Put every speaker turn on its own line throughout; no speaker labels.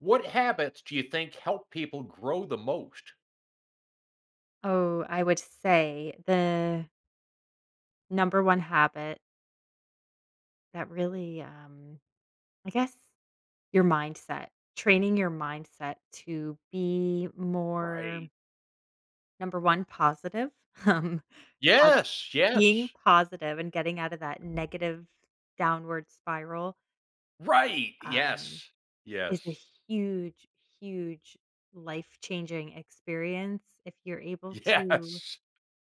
What habits do you think help people grow the most?
Oh, I would say the number one habit that really, I guess, your mindset, training your mindset to be more,
Right.
number one, positive. um, pos-
Yes,
Being
yes.
positive and getting out of that negative downward spiral
Right.
um,
Yes.
is
Yes.
a huge, huge life changing experience. If you're able to,
Yes.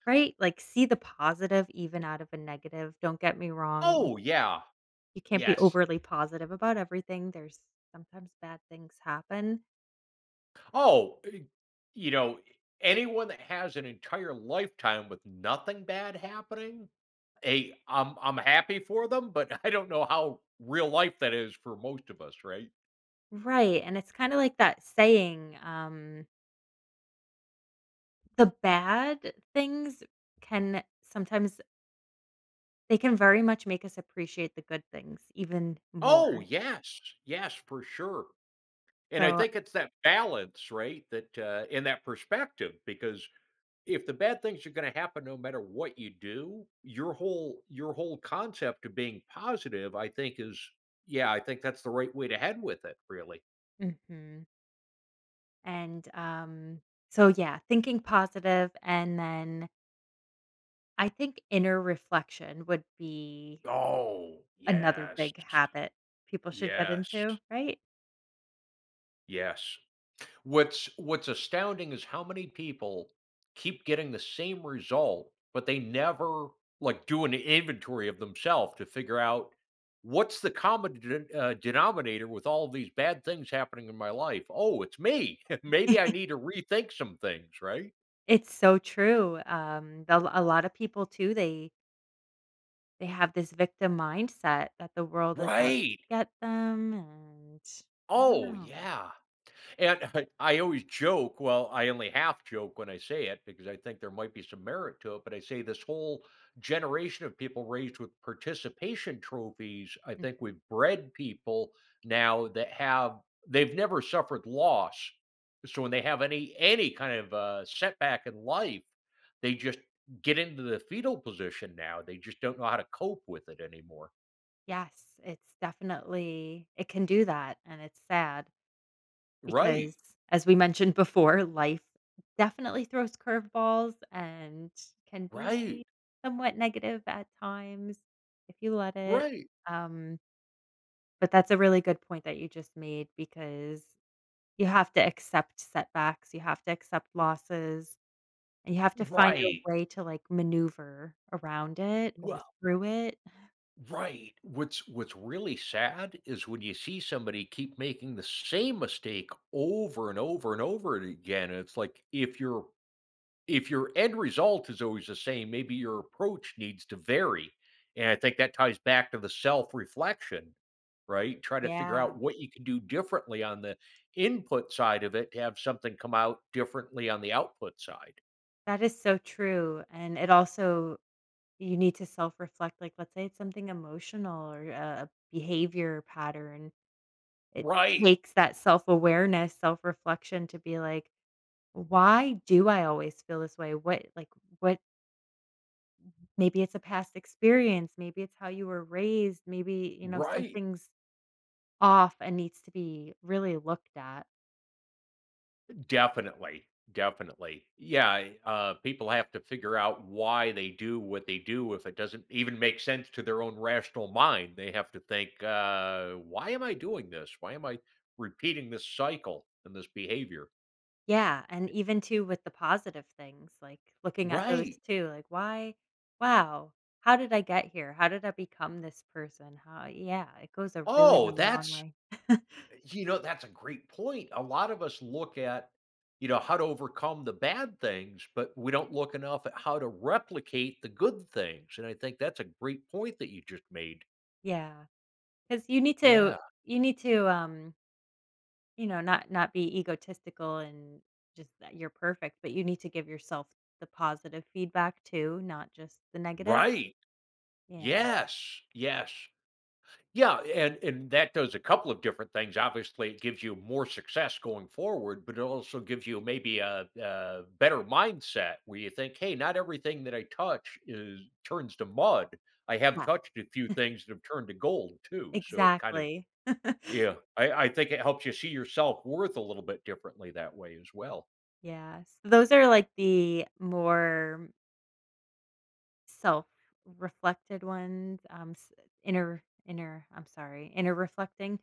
right? Like see the positive even out of a negative. Don't get me wrong.
Oh, yeah.
You can't be
Yes.
overly positive about everything. There's sometimes bad things happen.
Oh, eh, you know, Anyone that has an entire lifetime with nothing bad happening, hey, I'm happy for them, but I don't know how real life that is for most of us, right?
Right, and it's kinda like that saying, the bad things can sometimes they can very much make us appreciate the good things even
Oh,
more.
yes. Yes, for sure. And I
So
think it's that balance, right, and that perspective, because if the bad things are gonna happen no matter what you do, your whole concept of being positive, I think is yeah, I think that's the right way to head with it, really.
mhm. and, um, so yeah, thinking positive, and then I think inner reflection would be
Oh,
another
yes.
big habit people should get
Yes.
into, right?
Yes. What's astounding is how many people keep getting the same result, but they never, like, do an inventory of themselves to figure out what's the common denominator with all of these bad things happening in my life? "Oh, it's me. Maybe I need to rethink some things," right?
It's so true. The A lot of people too, they have this victim mindset that the world is out to
Right.
get them, and I don't
Oh,
know.
yeah. And I always joke, well, I only half joke when I say it because I think there might be some merit to it, but I say this whole generation of people raised with participation trophies, I think
Mhm.
we've bred people now that have they've never suffered loss. So when they have any kind of setback in life, they just get into the fetal position now. They just don't know how to cope with it anymore.
Yes, it's definitely it can do that, and it's sad because,
Right.
as we mentioned before, life definitely throws curveballs and can be
Right.
somewhat negative at times if you let it,
Right.
um, but that's a really good point that you just made, because you have to accept setbacks, you have to accept losses, and you have to find a
Right.
way to, like, maneuver around it or
Well,
through it.
right. What's really sad is when you see somebody keep making the same mistake over and over and over again. And it's like if your end result is always the same, maybe your approach needs to vary. And I think that ties back to the self-reflection, right? Try to figure
Yeah,
out what you can do differently on the input side of it to have something come out differently on the output side.
that is so true, and it also, you need to self-reflect. Like, let's say it's something emotional or a behavior pattern. It
Right.
takes that self-awareness, self-reflection to be like, "Why do I always feel this way? What, like, what?" Maybe it's a past experience, maybe it's how you were raised, maybe, you know,
Right.
something's off and needs to be really looked at.
Definitely, definitely. Yeah, people have to figure out why they do what they do. If it doesn't even make sense to their own rational mind, they have to think, "Why am I doing this? Why am I repeating this cycle and this behavior?"
Yeah, and
Yeah.
even too with the positive things, like, looking at those
Right.
too, like, "Why? Wow, how did I get here? How did I become this person? How?" Yeah, it goes a really,
Oh,
really long
that's
way.
that's a great point. A lot of us look at how to overcome the bad things, but we don't look enough at how to replicate the good things. And I think that's a great point that you just made.
Yeah, because you need to
Yeah.
you need to, you know, not be egotistical and just that you're perfect, but you need to give yourself the positive feedback too, not just the negative.
Right.
Yeah.
Yes. Yes. Yeah, and that does a couple of different things. Obviously, it gives you more success going forward, but it also gives you maybe a better mindset where you think, "Hey, not everything that I touch is turns to mud. I have
Yeah,
touched a few things that have turned to gold too." So it kind of
exactly.
yeah, I think it helps you see your self worth a little bit differently that way as well.
Yes. Those are, like, the more self-reflected ones. S Inner I'm sorry, inner reflecting.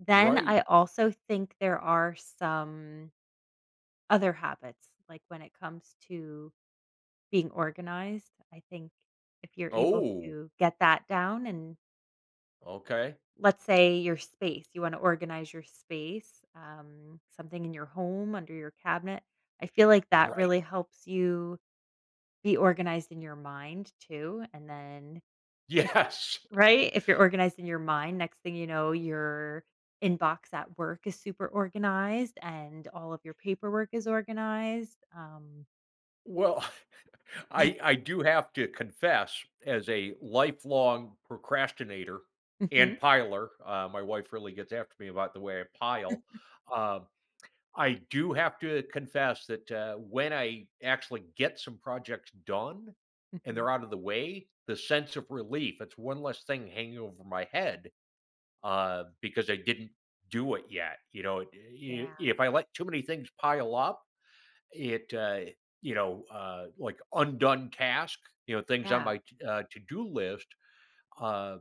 Then I
Right.
also think there are some other habits, like, when it comes to being organized. I think if you're able
Oh,
to get that down, and
okay.
let's say your space, you wanna organize your space, something in your home, under your cabinet, I feel like that
Right.
really helps you be organized in your mind too. And then if
Yes.
right? If you're organized in your mind, next thing you know, your inbox at work is super organized and all of your paperwork is organized.
Well, I do have to confess, as a lifelong procrastinator and
Mhm,
piler, my wife really gets after me about the way I pile. Um, I do have to confess that when I actually get some projects done and
mhm.
they're out of the way, the sense of relief, it's one less thing hanging over my head because I didn't do it yet. You know,
Yeah,
if I let too many things pile up, it like undone task things on
yeah,
my to-do list uh,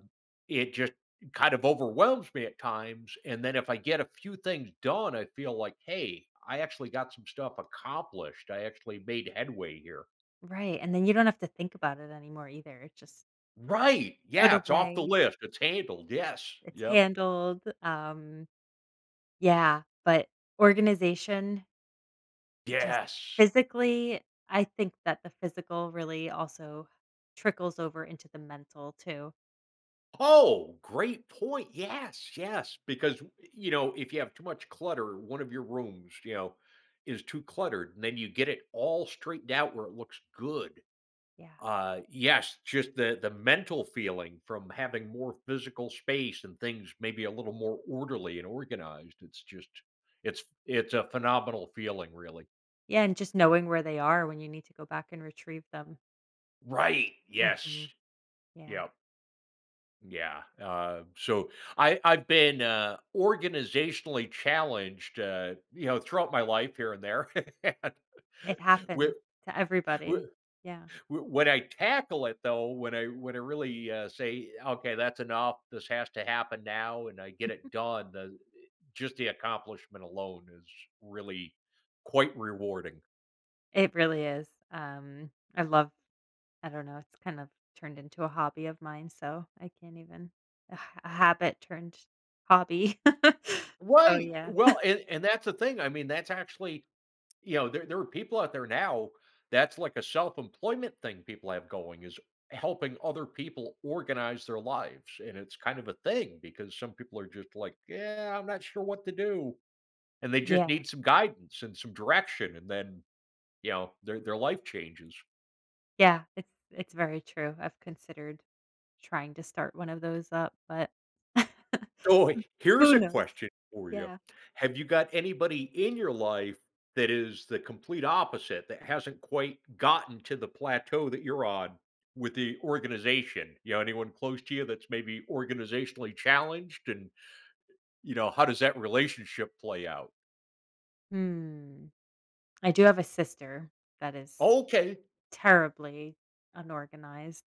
it just kind of overwhelms me at times. And then if I get a few things done, I feel like, hey, I actually got some stuff accomplished, I actually made headway here.
right, and then you don't have to think about it anymore either. It's just
Right.
put
Yeah, it's off the
away,
list, it's handled. Yes.
it's
Yep.
handled. Yeah. But organization, just
Yes.
physically, I think that the physical really also trickles over into the mental too.
Oh, great point. Yes, yes. Because, you know, if you have too much clutter, one of your rooms, you know, is too cluttered, and then you get it all straightened out where it looks good.
Yeah.
Yes, just the mental feeling from having more physical space and things maybe a little more orderly and organized. It's just, it's a phenomenal feeling, really.
Yeah, and just knowing where they are when you need to go back and retrieve them.
Right. Yes.
Mhm. Yeah.
Yeah. Yeah. So I've been organizationally challenged, you know, throughout my life here and there. And
It
whe-
happens to everybody.
whe-
Yeah.
when I tackle it, though, when I really say, okay, that's enough. This has to happen now, and I get it done. The just the accomplishment alone is really quite rewarding.
It really is. I don't know, it's kind of turned into a hobby of mine, so I can't even a habit turned hobby. So,
Right.
yeah.
Well, and that's the thing. I mean, that's actually you know, there are people out there now, that's like a self-employment thing people have going is helping other people organize their lives, and it's kind of a thing because some people are just like, "Yeah, I'm not sure what to do," and they just
Yeah.
need some guidance and some direction, and then, you know, their life changes.
Yeah. It's very true. I've considered trying to start one of those up, but
Oh, here's
who
a
knows?
question for you.
Yeah.
Have you got anybody in your life that is the complete opposite, that hasn't quite gotten to the plateau that you're on with the organization? You know, anyone close to you that's maybe organizationally challenged? And, you know, how does that relationship play out?
Hmm. I do have a sister that is
Okay.
terribly unorganized.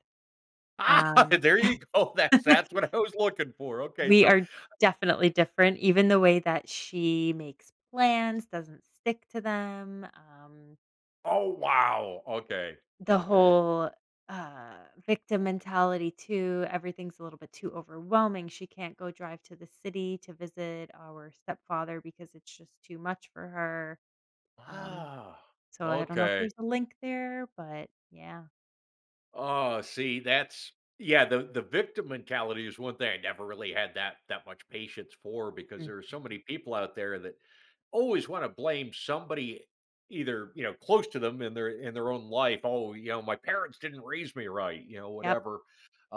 Ah,
Um,
there you go. That's what I was looking for. Okay.
we
So,
are definitely different, even the way that she makes plans, doesn't stick to them.
oh wow. Okay.
The
Okay.
whole victim mentality, too. Everything's a little bit too overwhelming. She can't go drive to the city to visit our stepfather because it's just too much for her Um,
Ah.
so I don't know if
Okay.
there's a link there, but yeah.
Oh, see, that's yeah, the victim mentality is one thing I never really had that much patience for because
Mhm.
there are so many people out there that always want to blame somebody either, you know, close to them in their own life. Oh, you know, my parents didn't raise me right, you know,
Yep,
whatever.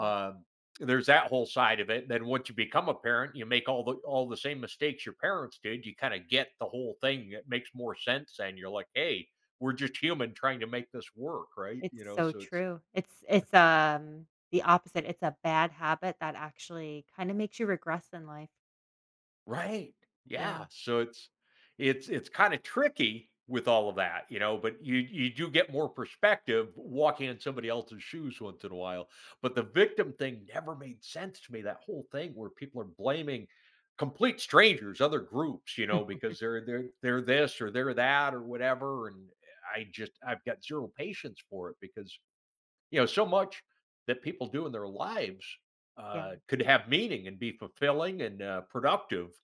yep.
there's that whole side of it. And then once you become a parent, you make all the same mistakes your parents did. You kind of get the whole thing. It makes more sense and you're like, "Hey, we're just human trying to make this work, right?"
It's
You know,
so
so it's
true. It's the opposite. It's a bad habit that actually kinda makes you regress in life.
right.
Yeah.
Yeah. So it's kind of tricky with all of that, you know, but you do get more perspective walking in somebody else's shoes once in a while. But the victim thing never made sense to me. That whole thing where people are blaming complete strangers, other groups, you know, because they're this or they're that or whatever. And I've got zero patience for it because you know so much that people do in their lives
Yeah,
could have meaning and be fulfilling and productive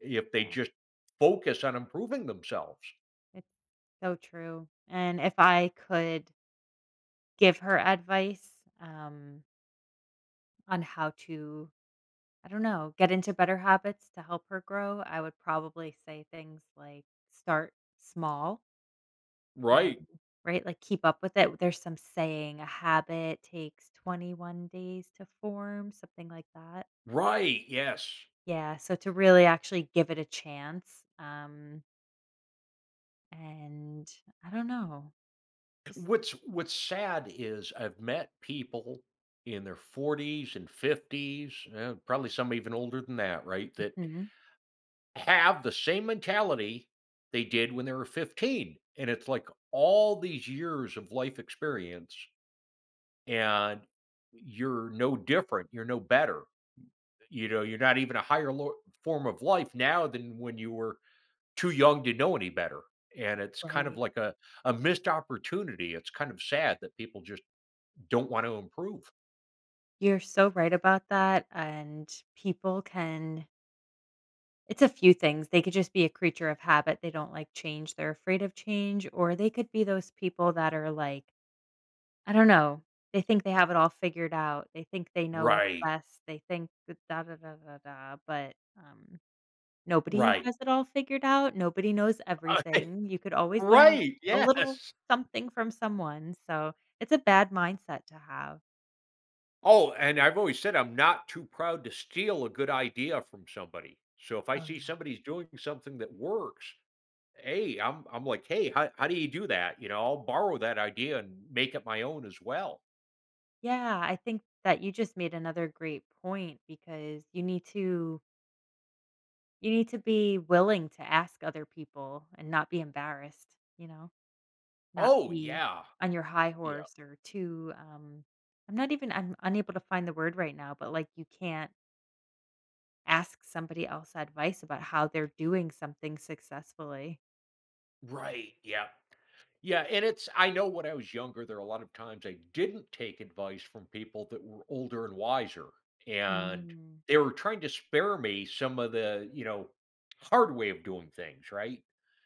if they
yeah.
just focus on improving themselves.
It's so true. And if I could give her advice, um, on how to, I don't know, get into better habits to help her grow, I would probably say things like, "Start small." And
Right.
right, like keep up with it. There's some saying a habit takes 21 days to form, something like that.
Right. Yes.
Yeah, so to really actually give it a chance. And I don't know, just
What's sad is I've met people in their 40s and 50s, probably some even older than that, right? That
Mhm,
have the same mentality they did when they were 15. And it's like all these years of life experience and you're no different, you're no better. You know, you're not even a higher form of life now than when you were too young to know any better, and it's kind of
right.
like a missed opportunity. It's kind of sad that people just don't want to improve.
You're so right about that. And people can it's a few things. They could just be a creature of habit. They don't like change. They're afraid of change, or they could be those people that are like, I don't know. They think they have it all figured out. They think they know what's
Right,
best. They think that da da da da da, but, nobody
right.
has it all figured out. Nobody knows everything. You could always learn a
Right,
a little
yes.
something from someone, so it's a bad mindset to have.
Oh, and I've always said I'm not too proud to steal a good idea from somebody. So if I
Oh,
see
no.
somebody's doing something that works, hey, I'm like, "Hey, how do you do that?" You know, I'll borrow that idea and make it my own as well.
Yeah, I think that you just made another great point, because you need to be willing to ask other people and not be embarrassed, you know? Not
Oh,
be
yeah.
on your high
Yeah.
horse or too, I'm not even I'm unable to find the word right now, but, like, you can't ask somebody else advice about how they're doing something successfully.
Right, yeah. Yeah, and it's I know when I was younger, there are a lot of times I didn't take advice from people that were older and wiser, and
Mm,
they were trying to spare me some of the, you know, hard way of doing things, right?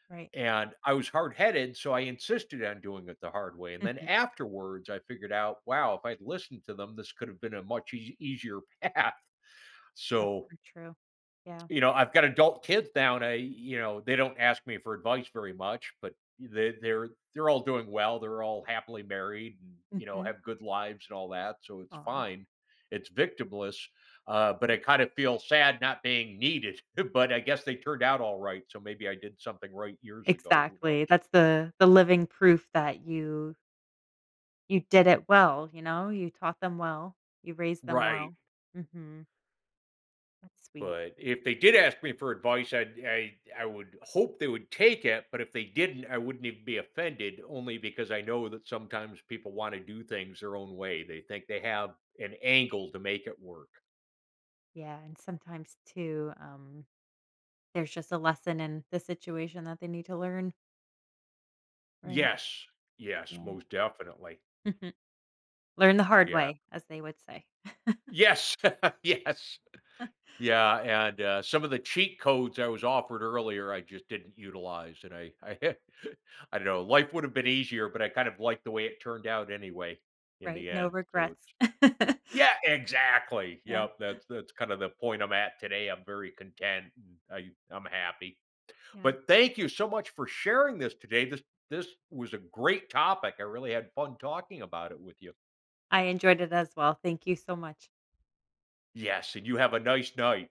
right.
And I was hard-headed, so I insisted on doing it the hard way. And then
Mhm.
afterwards, I figured out, wow, if I'd listened to them, this could have been a much easier path.
That's
So
so true. Yeah.
you know, I've got adult kids now, and I, you know, they don't ask me for advice very much, but they're all doing well. They're all happily married, and you know,
Mhm.
have good lives and all that, so it's
Aw.
fine. It's victimless, but I kind of feel sad not being needed. But I guess they turned out all right, so maybe I did something right years ago. Who
Exactly.
knows?
That's the living proof that you did it well, you know? You taught them well. You raised them
Right.
well. Mhm. That's sweet.
But if they did ask me for advice, I would hope they would take it. But if they didn't, I wouldn't even be offended, only because I know that sometimes people want to do things their own way. They think they have an angle to make it work.
Yeah, and sometimes too, there's just a lesson in the situation that they need to learn, right?
Yes, yes,
Yeah.
most definitely.
Learn the hard
Yeah.
way, as they would say,
Yes, yes. Yeah, and some of the cheat codes I was offered earlier, I just didn't utilize, and I don't know. Life would have been easier, but I kind of liked the way it turned out anyway in
right?
the
No
end. So
regrets.
yeah, exactly.
Yeah,
Yep, that's kind of the point I'm at today. I'm very content and I'm happy.
yeah.
But thank you so much for sharing this today. This was a great topic. I really had fun talking about it with you.
I enjoyed it as well. Thank you so much.
Yes, and you have a nice night.